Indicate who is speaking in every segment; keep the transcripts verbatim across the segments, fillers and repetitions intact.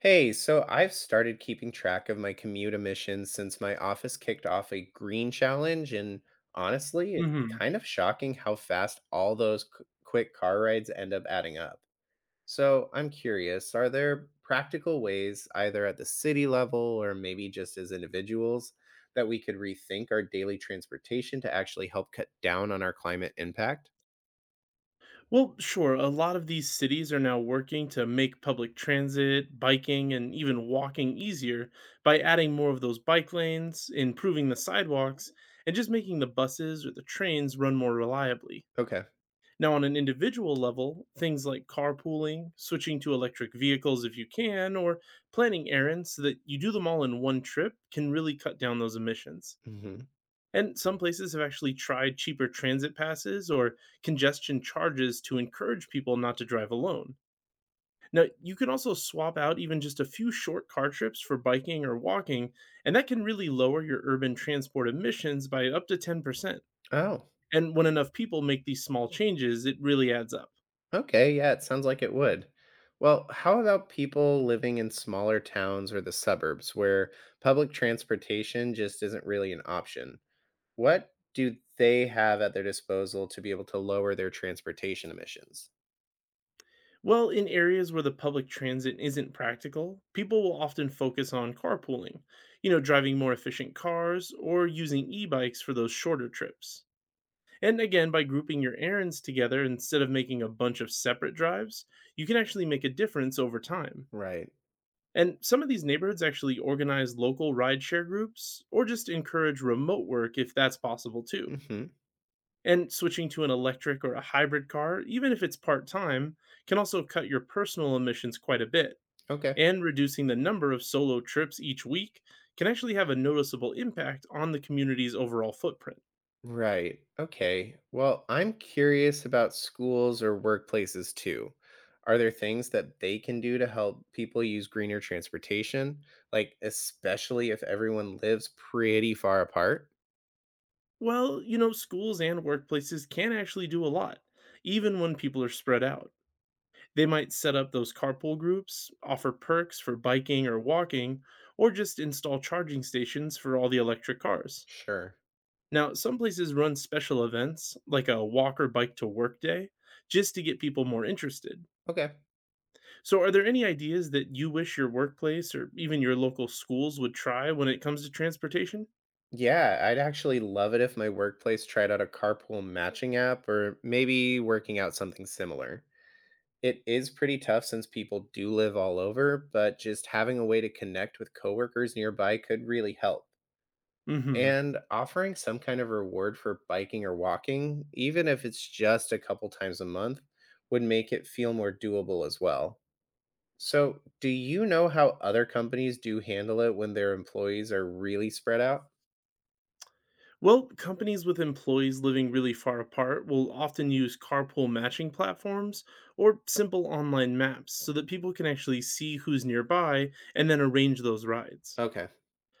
Speaker 1: Hey, so I've started keeping track of my commute emissions since my office kicked off a green challenge, and honestly, it's
Speaker 2: Mhm.
Speaker 1: kind of shocking how fast all those qu- quick car rides end up adding up. So I'm curious, are there practical ways, either at the city level or maybe just as individuals, that we could rethink our daily transportation to actually help cut down on our climate impact?
Speaker 2: Well, sure, a lot of these cities are now working to make public transit, biking, and even walking easier by adding more of those bike lanes, improving the sidewalks, and just making the buses or the trains run more reliably.
Speaker 1: Okay.
Speaker 2: Now, on an individual level, things like carpooling, switching to electric vehicles if you can, or planning errands so that you do them all in one trip can really cut down those emissions.
Speaker 1: Hmm.
Speaker 2: And some places have actually tried cheaper transit passes or congestion charges to encourage people not to drive alone. Now, you can also swap out even just a few short car trips for biking or walking, and that can really lower your urban transport emissions by up to ten percent.
Speaker 1: Oh.
Speaker 2: And when enough people make these small changes, it really adds up.
Speaker 1: Okay, yeah, it sounds like it would. Well, how about people living in smaller towns or the suburbs where public transportation just isn't really an option? What do they have at their disposal to be able to lower their transportation emissions?
Speaker 2: Well, in areas where the public transit isn't practical, people will often focus on carpooling, you know, driving more efficient cars or using e bikes for those shorter trips. And again, by grouping your errands together instead of making a bunch of separate drives, you can actually make a difference over time.
Speaker 1: Right.
Speaker 2: And some of these neighborhoods actually organize local rideshare groups or just encourage remote work if that's possible too.
Speaker 1: Mhm.
Speaker 2: And switching to an electric or a hybrid car, even if it's part time, can also cut your personal emissions quite a bit.
Speaker 1: Okay.
Speaker 2: And reducing the number of solo trips each week can actually have a noticeable impact on the community's overall footprint.
Speaker 1: Right. Okay. Well, I'm curious about schools or workplaces too. Are there things that they can do to help people use greener transportation? Like, especially if everyone lives pretty far apart?
Speaker 2: Well, you know, schools and workplaces can actually do a lot, even when people are spread out. They might set up those carpool groups, offer perks for biking or walking, or just install charging stations for all the electric cars.
Speaker 1: Sure.
Speaker 2: Now, some places run special events, like a walk or bike to work day, just to get people more interested.
Speaker 1: Okay.
Speaker 2: So, are there any ideas that you wish your workplace or even your local schools would try when it comes to transportation?
Speaker 1: Yeah, I'd actually love it if my workplace tried out a carpool matching app or maybe working out something similar. It is pretty tough since people do live all over, but just having a way to connect with coworkers nearby could really help.
Speaker 2: Hmm
Speaker 1: And offering some kind of reward for biking or walking, even if it's just a couple times a month, would make it feel more doable as well. So, do you know how other companies do handle it when their employees are really spread out?
Speaker 2: Well, companies with employees living really far apart will often use carpool matching platforms or simple online maps so that people can actually see who's nearby and then arrange those rides.
Speaker 1: Okay.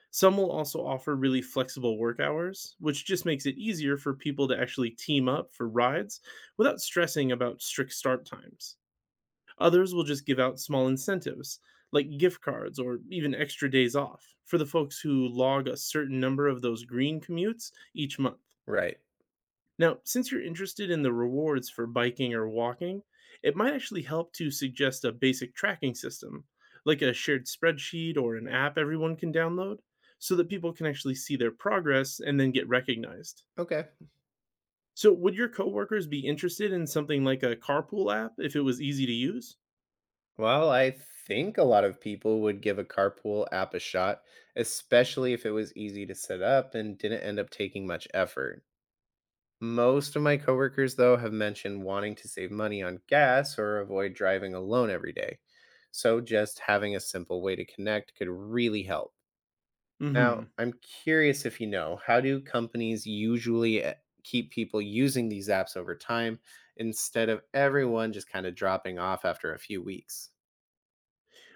Speaker 2: Some will also offer really flexible work hours, which just makes it easier for people to actually team up for rides without stressing about strict start times. Others will just give out small incentives, like gift cards or even extra days off, for the folks who log a certain number of those green commutes each month.
Speaker 1: Right.
Speaker 2: Now, since you're interested in the rewards for biking or walking, it might actually help to suggest a basic tracking system, like a shared spreadsheet or an app everyone can download, so that people can actually see their progress and then get recognized.
Speaker 1: Okay.
Speaker 2: So, would your coworkers be interested in something like a carpool app if it was easy to use?
Speaker 1: Well, I think a lot of people would give a carpool app a shot, especially if it was easy to set up and didn't end up taking much effort. Most of my coworkers, though, have mentioned wanting to save money on gas or avoid driving alone every day. So, just having a simple way to connect could really help. Now,
Speaker 2: Mhm.
Speaker 1: I'm curious if you know how do companies usually eh, keep people using these apps over time instead of everyone just kind of dropping off after a few weeks?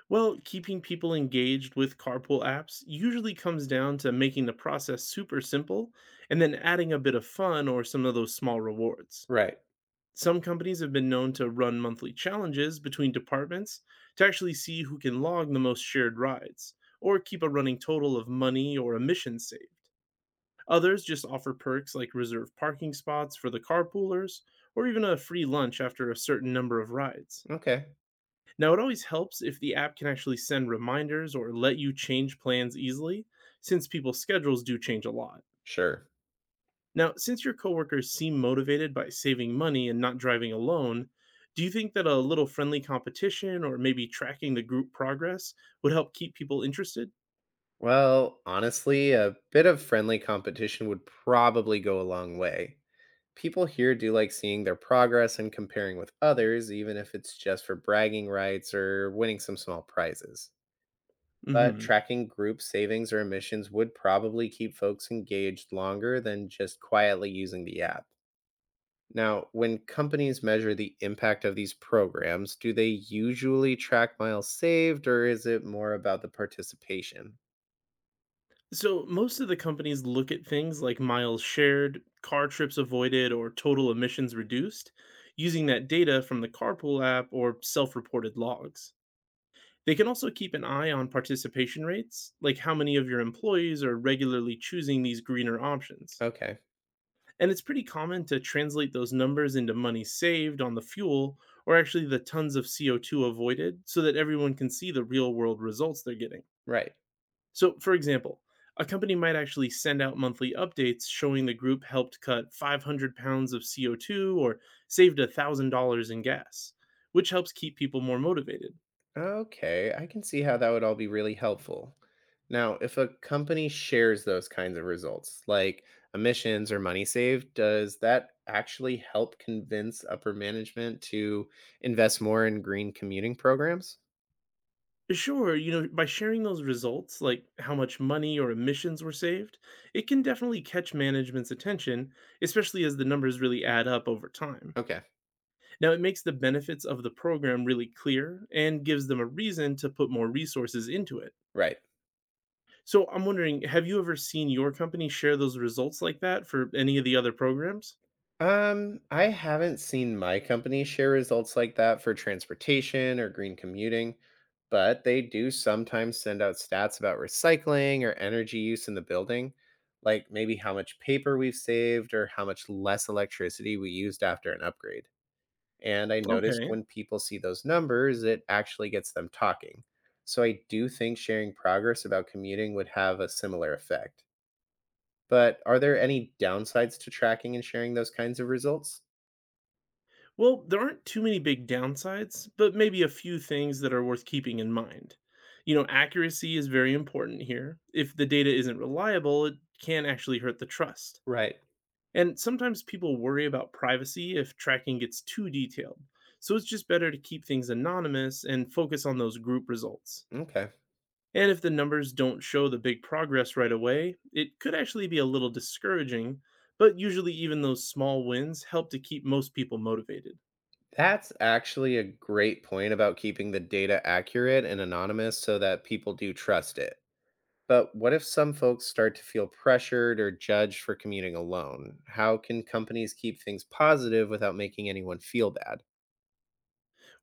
Speaker 2: Well, keeping people engaged with carpool apps usually comes down to making the process super simple and then adding a bit of fun or some of those small rewards.
Speaker 1: Right.
Speaker 2: Some companies have been known to run monthly challenges between departments to actually see who can log the most shared rides or keep a running total of money or emissions saved. Others just offer perks like reserved parking spots for the carpoolers or even a free lunch after a certain number of rides.
Speaker 1: Okay.
Speaker 2: Now, it always helps if the app can actually send reminders or let you change plans easily, since people's schedules do change a lot.
Speaker 1: Sure.
Speaker 2: Now, since your coworkers seem motivated by saving money and not driving alone, do you think that a little friendly competition or maybe tracking the group progress would help keep people interested?
Speaker 1: Well, honestly, a bit of friendly competition would probably go a long way. People here do like seeing their progress and comparing with others, even if it's just for bragging rights or winning some small prizes. But
Speaker 2: Hmm
Speaker 1: tracking group savings or emissions would probably keep folks engaged longer than just quietly using the app. Now, when companies measure the impact of these programs, do they usually track miles saved or is it more about the participation?
Speaker 2: So, most of the companies look at things like miles shared, car trips avoided, or total emissions reduced using that data from the carpool app or self reported logs. They can also keep an eye on participation rates, like how many of your employees are regularly choosing these greener options.
Speaker 1: Okay,
Speaker 2: And it's pretty common to translate those numbers into money saved on the fuel or actually the tons of C O two avoided so that everyone can see the real world results they're getting.
Speaker 1: right.
Speaker 2: So, for example, a company might actually send out monthly updates showing the group helped cut five hundred pounds of C O two or saved one thousand dollars in gas, which helps keep people more motivated.
Speaker 1: Okay, I can see how that would all be really helpful. Now, if a company shares those kinds of results, like emissions or money saved, does that actually help convince upper management to invest more in green commuting programs?
Speaker 2: Sure, you know, by sharing those results, like how much money or emissions were saved, it can definitely catch management's attention, especially as the numbers really add up over time.
Speaker 1: Okay,
Speaker 2: Now, it makes the benefits of the program really clear and gives them a reason to put more resources into it.
Speaker 1: right.
Speaker 2: So, I'm wondering, have you ever seen your company share those results like that for any of the other programs?
Speaker 1: Um, I haven't seen my company share results like that for transportation or green commuting, but they do sometimes send out stats about recycling or energy use in the building, like maybe how much paper we've saved or how much less electricity we used after an upgrade. And I noticed
Speaker 2: Okay.
Speaker 1: when people see those numbers, it actually gets them talking. So I do think sharing progress about commuting would have a similar effect. But are there any downsides to tracking and sharing those kinds of results?
Speaker 2: Well, there aren't too many big downsides, but maybe a few things that are worth keeping in mind. You know, accuracy is very important here. If the data isn't reliable, it can actually hurt the trust.
Speaker 1: Right.
Speaker 2: And sometimes people worry about privacy if tracking gets too detailed. So it's just better to keep things anonymous and focus on those group results.
Speaker 1: Okay.
Speaker 2: And if the numbers don't show the big progress right away, it could actually be a little discouraging, but usually even those small wins help to keep most people motivated.
Speaker 1: That's actually a great point about keeping the data accurate and anonymous so that people do trust it. But what if some folks start to feel pressured or judged for commuting alone? How can companies keep things positive without making anyone feel bad?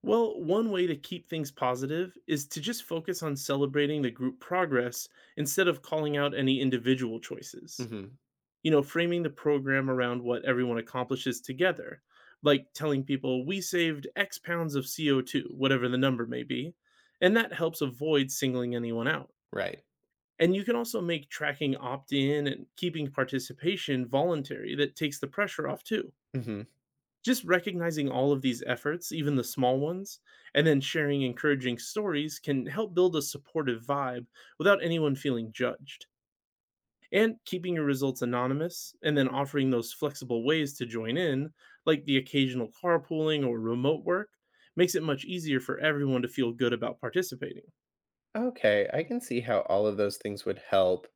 Speaker 2: Well, one way to keep things positive is to just focus on celebrating the group progress instead of calling out any individual choices.
Speaker 1: Hmm.
Speaker 2: You know, framing the program around what everyone accomplishes together, like telling people, we saved X pounds of C O two, whatever the number may be. And that helps avoid singling anyone out.
Speaker 1: Right.
Speaker 2: And you can also make tracking opt in and keeping participation voluntary that takes the pressure off too.
Speaker 1: Hmm.
Speaker 2: Just recognizing all of these efforts, even the small ones, and then sharing encouraging stories can help build a supportive vibe without anyone feeling judged. And keeping your results anonymous and then offering those flexible ways to join in, like the occasional carpooling or remote work, makes it much easier for everyone to feel good about participating.
Speaker 1: Okay. I can see how all of those things would help.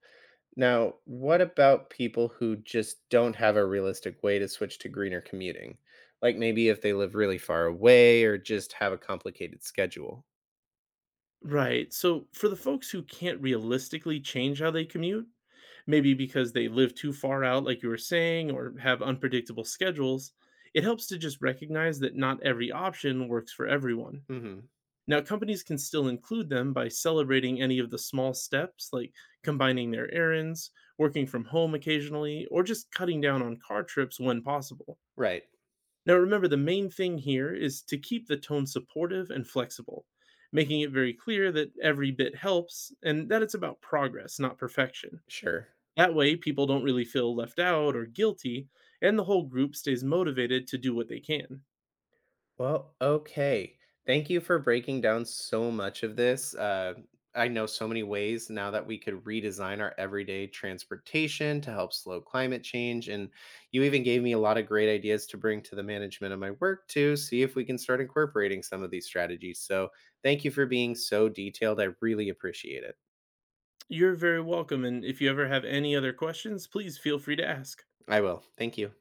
Speaker 1: Now, what about people who just don't have a realistic way to switch to greener commuting? Like maybe if they live really far away or just have a complicated schedule.
Speaker 2: Right. So for the folks who can't realistically change how they commute, maybe because they live too far out, like you were saying, or have unpredictable schedules, it helps to just recognize that not every option works for everyone.
Speaker 1: Hmm.
Speaker 2: Now, companies can still include them by celebrating any of the small steps, like combining their errands, working from home occasionally, or just cutting down on car trips when possible.
Speaker 1: Right.
Speaker 2: Now, remember, the main thing here is to keep the tone supportive and flexible, making it very clear that every bit helps and that it's about progress, not perfection.
Speaker 1: Sure.
Speaker 2: That way, people don't really feel left out or guilty, and the whole group stays motivated to do what they can.
Speaker 1: Well, okay. Thank you for breaking down so much of this. Uh, I know so many ways now that we could redesign our everyday transportation to help slow climate change. And you even gave me a lot of great ideas to bring to the management of my work to see if we can start incorporating some of these strategies. So thank you for being so detailed. I really appreciate it.
Speaker 2: You're very welcome, and if you ever have any other questions, please feel free to ask.
Speaker 1: I will. Thank you.